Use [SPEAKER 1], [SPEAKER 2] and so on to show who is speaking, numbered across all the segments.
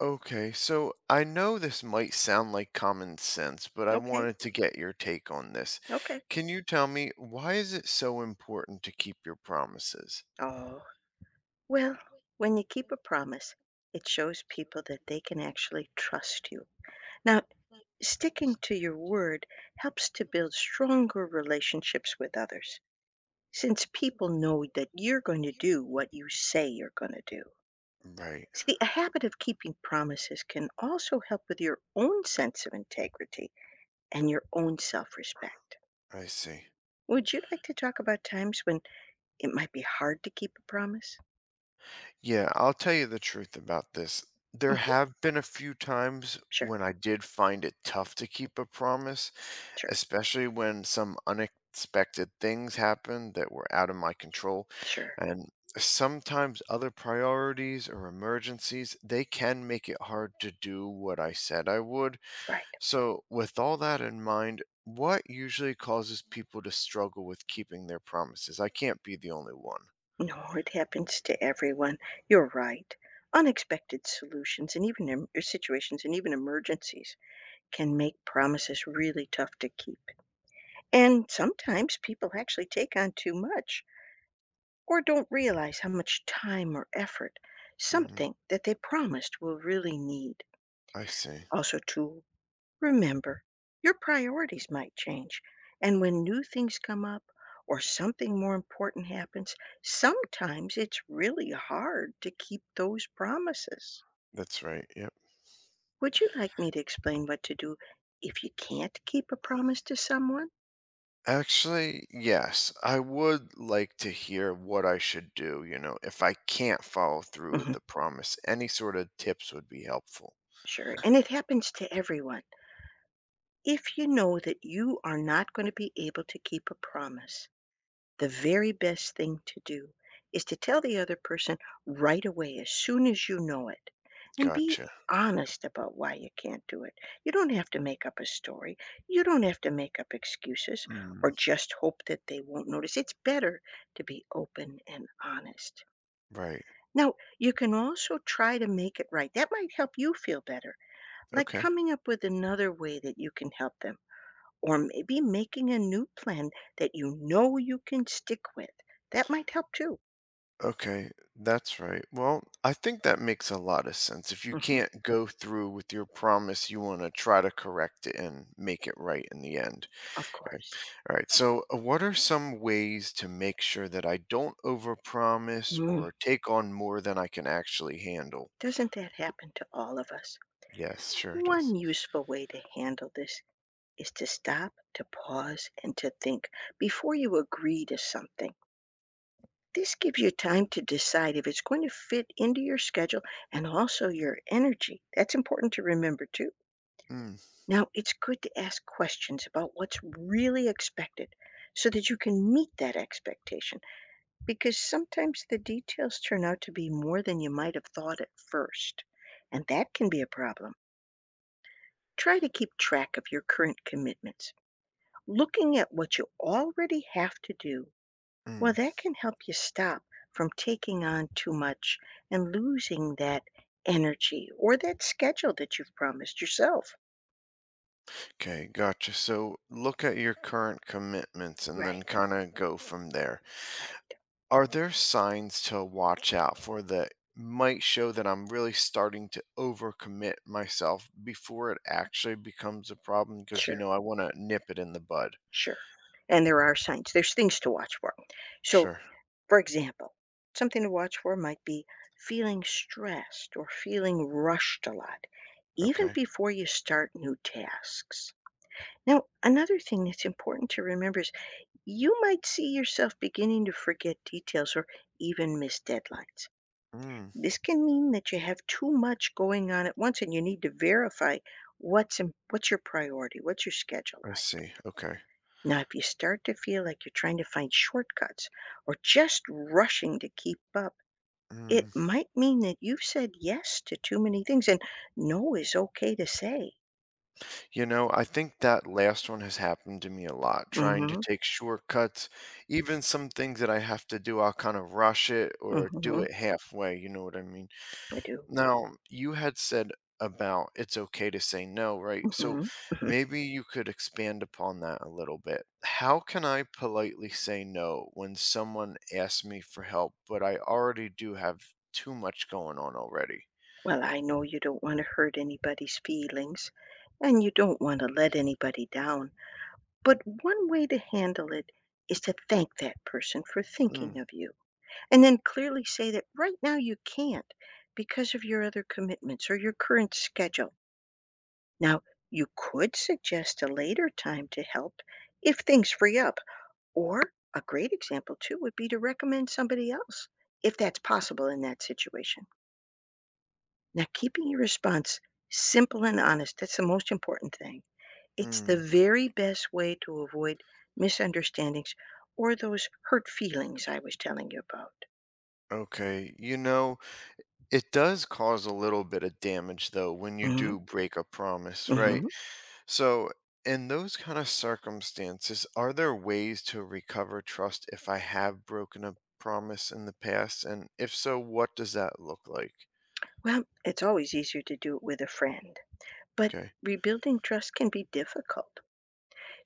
[SPEAKER 1] Okay, so I know this might sound like common sense, but I
[SPEAKER 2] Okay,
[SPEAKER 1] wanted to get your take on this.
[SPEAKER 2] okay.
[SPEAKER 1] Can you tell me why is it so important to keep your promises?
[SPEAKER 2] Oh, well, when you keep a promise, it shows people that they can actually trust you. Now, sticking to your word helps to build stronger relationships with others, since people know that you're going to do what you say you're going to do.
[SPEAKER 1] Right,
[SPEAKER 2] See, a habit of keeping promises can also help with your own sense of integrity and your own self respect.
[SPEAKER 1] I see.
[SPEAKER 2] Would you like to talk about times when it might be hard to keep a promise?
[SPEAKER 1] Yeah, I'll tell you the truth about this. There
[SPEAKER 2] Hmm.
[SPEAKER 1] have been a few times
[SPEAKER 2] Sure,
[SPEAKER 1] when I did find it tough to keep a promise,
[SPEAKER 2] sure.
[SPEAKER 1] especially when some unexpected things happen that were out of my control.
[SPEAKER 2] Sure.
[SPEAKER 1] And sometimes other priorities or emergencies, they can make it hard to do what I said I would.
[SPEAKER 2] Right.
[SPEAKER 1] So, with all that in mind, what usually causes people to struggle with keeping their promises? I can't be the only one.
[SPEAKER 2] No, it happens to everyone. You're right. Unexpected solutions and even situations and even emergencies can make promises really tough to keep. And sometimes people actually take on too much or don't realize how much time or effort
[SPEAKER 1] Mm,
[SPEAKER 2] something that they promised will really need.
[SPEAKER 1] I see.
[SPEAKER 2] Also, too, remember, your priorities might change, and when new things come up or something more important happens, sometimes it's really hard to keep those promises.
[SPEAKER 1] That's right. Yep.
[SPEAKER 2] Would you like me to explain what to do if you can't keep a promise to someone?
[SPEAKER 1] Actually, yes. I would like to hear what I should do, you know, if I can't follow through with
[SPEAKER 2] Mhm.
[SPEAKER 1] the promise. Any sort of tips would be helpful.
[SPEAKER 2] Sure, and it happens to everyone. If you know that you are not going to be able to keep a promise, the very best thing to do is to tell the other person right away as soon as you know it and be
[SPEAKER 1] Gotcha.
[SPEAKER 2] honest about why you can't do it. You don't have to make up a story. You don't have to make up excuses or
[SPEAKER 1] Mm,
[SPEAKER 2] just hope that they won't notice. It's better to be open and honest.
[SPEAKER 1] right.
[SPEAKER 2] Now, you can also try to make it right. That might help you feel better, like
[SPEAKER 1] Okay.
[SPEAKER 2] coming up with another way that you can help them or maybe making a new plan that you know you can stick with. That might help too.
[SPEAKER 1] Okay, that's right. Well, I think that makes a lot of sense. If you
[SPEAKER 2] Hmm.
[SPEAKER 1] can't go through with your promise, you want to try to correct it and make it right in the end.
[SPEAKER 2] Of
[SPEAKER 1] Okay.
[SPEAKER 2] course.
[SPEAKER 1] All right. So, what are some ways to make sure that I don't overpromise
[SPEAKER 2] Mm,
[SPEAKER 1] or take on more than I can actually handle?
[SPEAKER 2] doesn't that happen to all of us?
[SPEAKER 1] Yes, sure it
[SPEAKER 2] One
[SPEAKER 1] is.
[SPEAKER 2] useful way to handle this is to stop, to pause, and to think before you agree to something. This gives you time to decide if it's going to fit into your schedule and also your energy. That's important to remember too.
[SPEAKER 1] Mm,
[SPEAKER 2] Now, it's good to ask questions about what's really expected so that you can meet that expectation, because sometimes the details turn out to be more than you might have thought at first, and that can be a problem. Try to keep track of your current commitments. Looking at what you already have to do, well,
[SPEAKER 1] mm.
[SPEAKER 2] that can help you stop from taking on too much and losing that energy or that schedule that you've promised yourself.
[SPEAKER 1] Okay, gotcha. So look at your current commitments and then
[SPEAKER 2] Right,
[SPEAKER 1] kind of go from there.
[SPEAKER 2] right,
[SPEAKER 1] Are there signs to watch out for that might show that I'm really starting to overcommit myself before it actually becomes a problem? Because, you
[SPEAKER 2] sure.
[SPEAKER 1] know, I want to nip it in the bud.
[SPEAKER 2] Sure. And there are signs. There's things to watch for. So,
[SPEAKER 1] Sure.
[SPEAKER 2] for example, something to watch for might be feeling stressed or feeling rushed a lot, even
[SPEAKER 1] Okay.
[SPEAKER 2] before you start new tasks. Now, another thing that's important to remember is you might see yourself beginning to forget details or even miss deadlines.
[SPEAKER 1] Mm,
[SPEAKER 2] This can mean that you have too much going on at once and you need to verify what's your priority, what's your schedule.
[SPEAKER 1] I see. Okay.
[SPEAKER 2] Now, if you start to feel like you're trying to find shortcuts or just rushing to keep up, it
[SPEAKER 1] Mm.
[SPEAKER 2] might mean that you've said yes to too many things, and no is okay to say.
[SPEAKER 1] You know, I think that last one has happened to me a lot, trying to
[SPEAKER 2] Mm-hmm.
[SPEAKER 1] take shortcuts, even some things that I have to do, I'll kind of rush it or do
[SPEAKER 2] Mm-hmm.
[SPEAKER 1] it halfway, you know what I mean?
[SPEAKER 2] I do.
[SPEAKER 1] Now, you had said about it's okay to say no, right? So
[SPEAKER 2] Mm-hmm. Hmm.
[SPEAKER 1] maybe you could expand upon that a little bit. How can I politely say no when someone asks me for help, but I already do have too much going on already?
[SPEAKER 2] Well, I know you don't want to hurt anybody's feelings, and you don't want to let anybody down. But one way to handle it is to thank that person for
[SPEAKER 1] Mm,
[SPEAKER 2] thinking of you. And then clearly say that right now you can't because of your other commitments or your current schedule. Now, you could suggest a later time to help if things free up, or a great example too would be to recommend somebody else if that's possible in that situation. Now, keeping your response simple and honest, that's the most important thing. It's the
[SPEAKER 1] mm,
[SPEAKER 2] very best way to avoid misunderstandings or those hurt feelings I was telling you about.
[SPEAKER 1] okay. You know, it does cause a little bit of damage though when you
[SPEAKER 2] Hmm.
[SPEAKER 1] do break a promise, right?
[SPEAKER 2] Hmm.
[SPEAKER 1] So, in those kind of circumstances, are there ways to recover trust if I have broken a promise in the past? And if so, what does that look like?
[SPEAKER 2] Well, it's always easier to do it with a friend, but
[SPEAKER 1] Okay.
[SPEAKER 2] rebuilding trust can be difficult.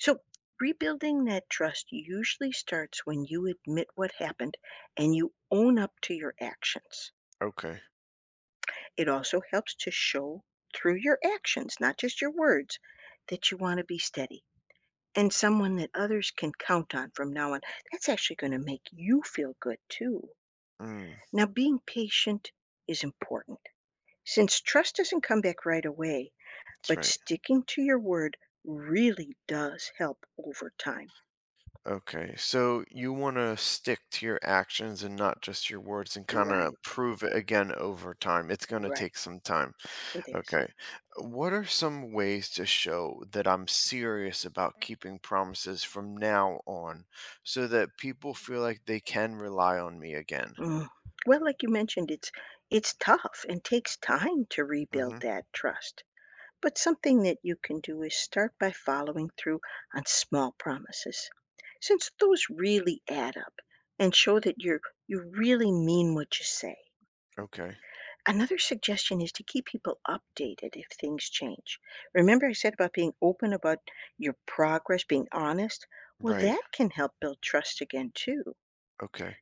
[SPEAKER 2] So, rebuilding that trust usually starts when you admit what happened and you own up to your actions.
[SPEAKER 1] Okay.
[SPEAKER 2] It also helps to show through your actions, not just your words, that you want to be steady and someone that others can count on from now on. That's actually going to make you feel good too.
[SPEAKER 1] Mm,
[SPEAKER 2] Now, being patient is important, since trust doesn't come back right away.
[SPEAKER 1] that's
[SPEAKER 2] But
[SPEAKER 1] right.
[SPEAKER 2] sticking to your word really does help over time.
[SPEAKER 1] Okay. So you want to stick to your actions and not just your words and kind of
[SPEAKER 2] Right,
[SPEAKER 1] prove it again over time. It's going to
[SPEAKER 2] right.
[SPEAKER 1] take some time.
[SPEAKER 2] It is.
[SPEAKER 1] Okay. What are some ways to show that I'm serious about keeping promises from now on so that people feel like they can rely on me again?
[SPEAKER 2] Mm. Well, like you mentioned, it's tough and takes time to rebuild
[SPEAKER 1] Hmm.
[SPEAKER 2] that trust. But something that you can do is start by following through on small promises, since those really add up and show that you really mean what you say.
[SPEAKER 1] Okay.
[SPEAKER 2] Another suggestion is to keep people updated if things change. Remember, I said about being open about your progress, being honest? Well,
[SPEAKER 1] Right.
[SPEAKER 2] that can help build trust again, too.
[SPEAKER 1] Okay.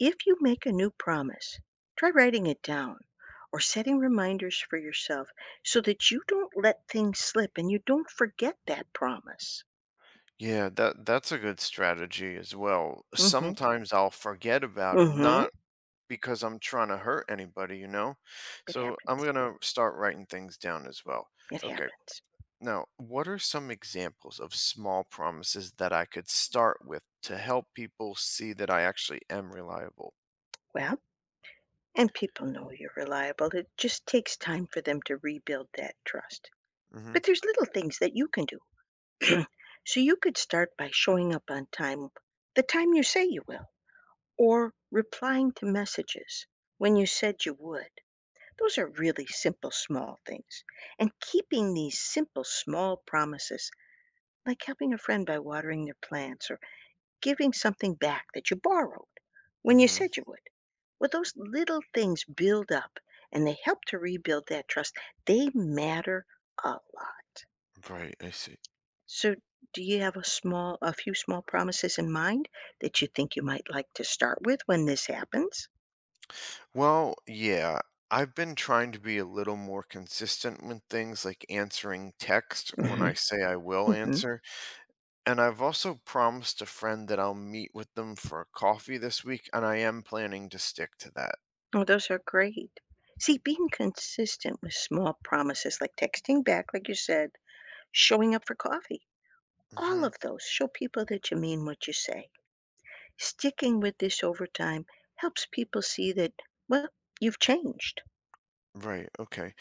[SPEAKER 2] If you make a new promise, try writing it down or setting reminders for yourself so that you don't let things slip and you don't forget that promise.
[SPEAKER 1] Yeah, that's a good strategy as well.
[SPEAKER 2] Mm-hmm.
[SPEAKER 1] Sometimes I'll forget about them,
[SPEAKER 2] Mm-hmm.
[SPEAKER 1] not because I'm trying to hurt anybody, you know?
[SPEAKER 2] It
[SPEAKER 1] So I'm
[SPEAKER 2] happens.
[SPEAKER 1] going to start writing things down as well.
[SPEAKER 2] It
[SPEAKER 1] Okay.
[SPEAKER 2] happens.
[SPEAKER 1] Now, what are some examples of small promises that I could start with to help people see that I actually am reliable?
[SPEAKER 2] Well, and people know you're reliable. It just takes time for them to rebuild that trust.
[SPEAKER 1] Mhm.
[SPEAKER 2] But there's little things that you can do. So you could start by showing up on time, the time you say you will, or replying to messages when you said you would. Those are really simple, small things. And keeping these simple, small promises, like helping a friend by watering their plants or giving something back that you borrowed when you
[SPEAKER 1] Mhm.
[SPEAKER 2] said you would. Well, those little things build up and they help to rebuild that trust. They matter a lot.
[SPEAKER 1] Right, I see.
[SPEAKER 2] So, do you have a few small promises in mind that you think you might like to start with when this happens?
[SPEAKER 1] Well, yeah, I've been trying to be a little more consistent with things like answering text when I
[SPEAKER 2] Mhm.
[SPEAKER 1] say I will
[SPEAKER 2] Mhm.
[SPEAKER 1] answer, and I've also promised a friend that I'll meet with them for a coffee this week, and I am planning to stick to that.
[SPEAKER 2] Oh, those are great. See, being consistent with small promises like texting back, like you said, showing up for coffee, all
[SPEAKER 1] Mhm.
[SPEAKER 2] of those show people that you mean what you say. Sticking with this over time helps people see that, well, you've changed.
[SPEAKER 1] Right, okay.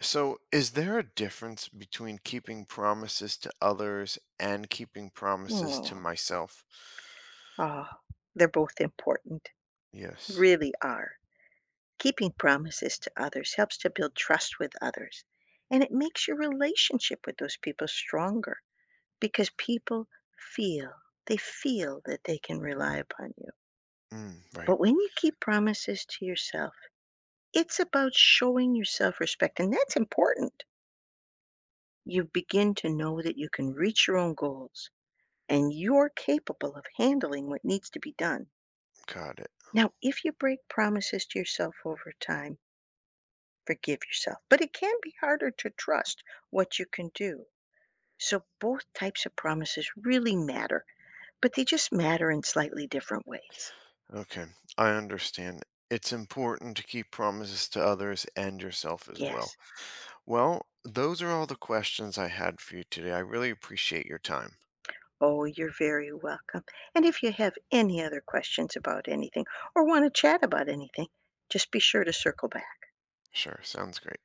[SPEAKER 1] So, is there a difference between keeping promises to others and keeping promises to
[SPEAKER 2] Oh,
[SPEAKER 1] myself?
[SPEAKER 2] ah, they're both important,
[SPEAKER 1] Yes.
[SPEAKER 2] really are. Keeping promises to others helps to build trust with others, and it makes your relationship with those people stronger because people feel feel that they can rely upon you.
[SPEAKER 1] Mm, right.
[SPEAKER 2] But when you keep promises to yourself, it's about showing yourself respect, and that's important. You begin to know that you can reach your own goals and you're capable of handling what needs to be done.
[SPEAKER 1] Got it.
[SPEAKER 2] Now, if you break promises to yourself over time, forgive yourself. But it can be harder to trust what you can do. So both types of promises really matter, but they just matter in slightly different ways.
[SPEAKER 1] Okay. I understand. It's important to keep promises to others and yourself as well.
[SPEAKER 2] Yes.
[SPEAKER 1] Well, those are all the questions I had for you today. I really appreciate your time.
[SPEAKER 2] Oh, you're very welcome. And if you have any other questions about anything or want to chat about anything, just be sure to circle back.
[SPEAKER 1] Sure. Sounds great.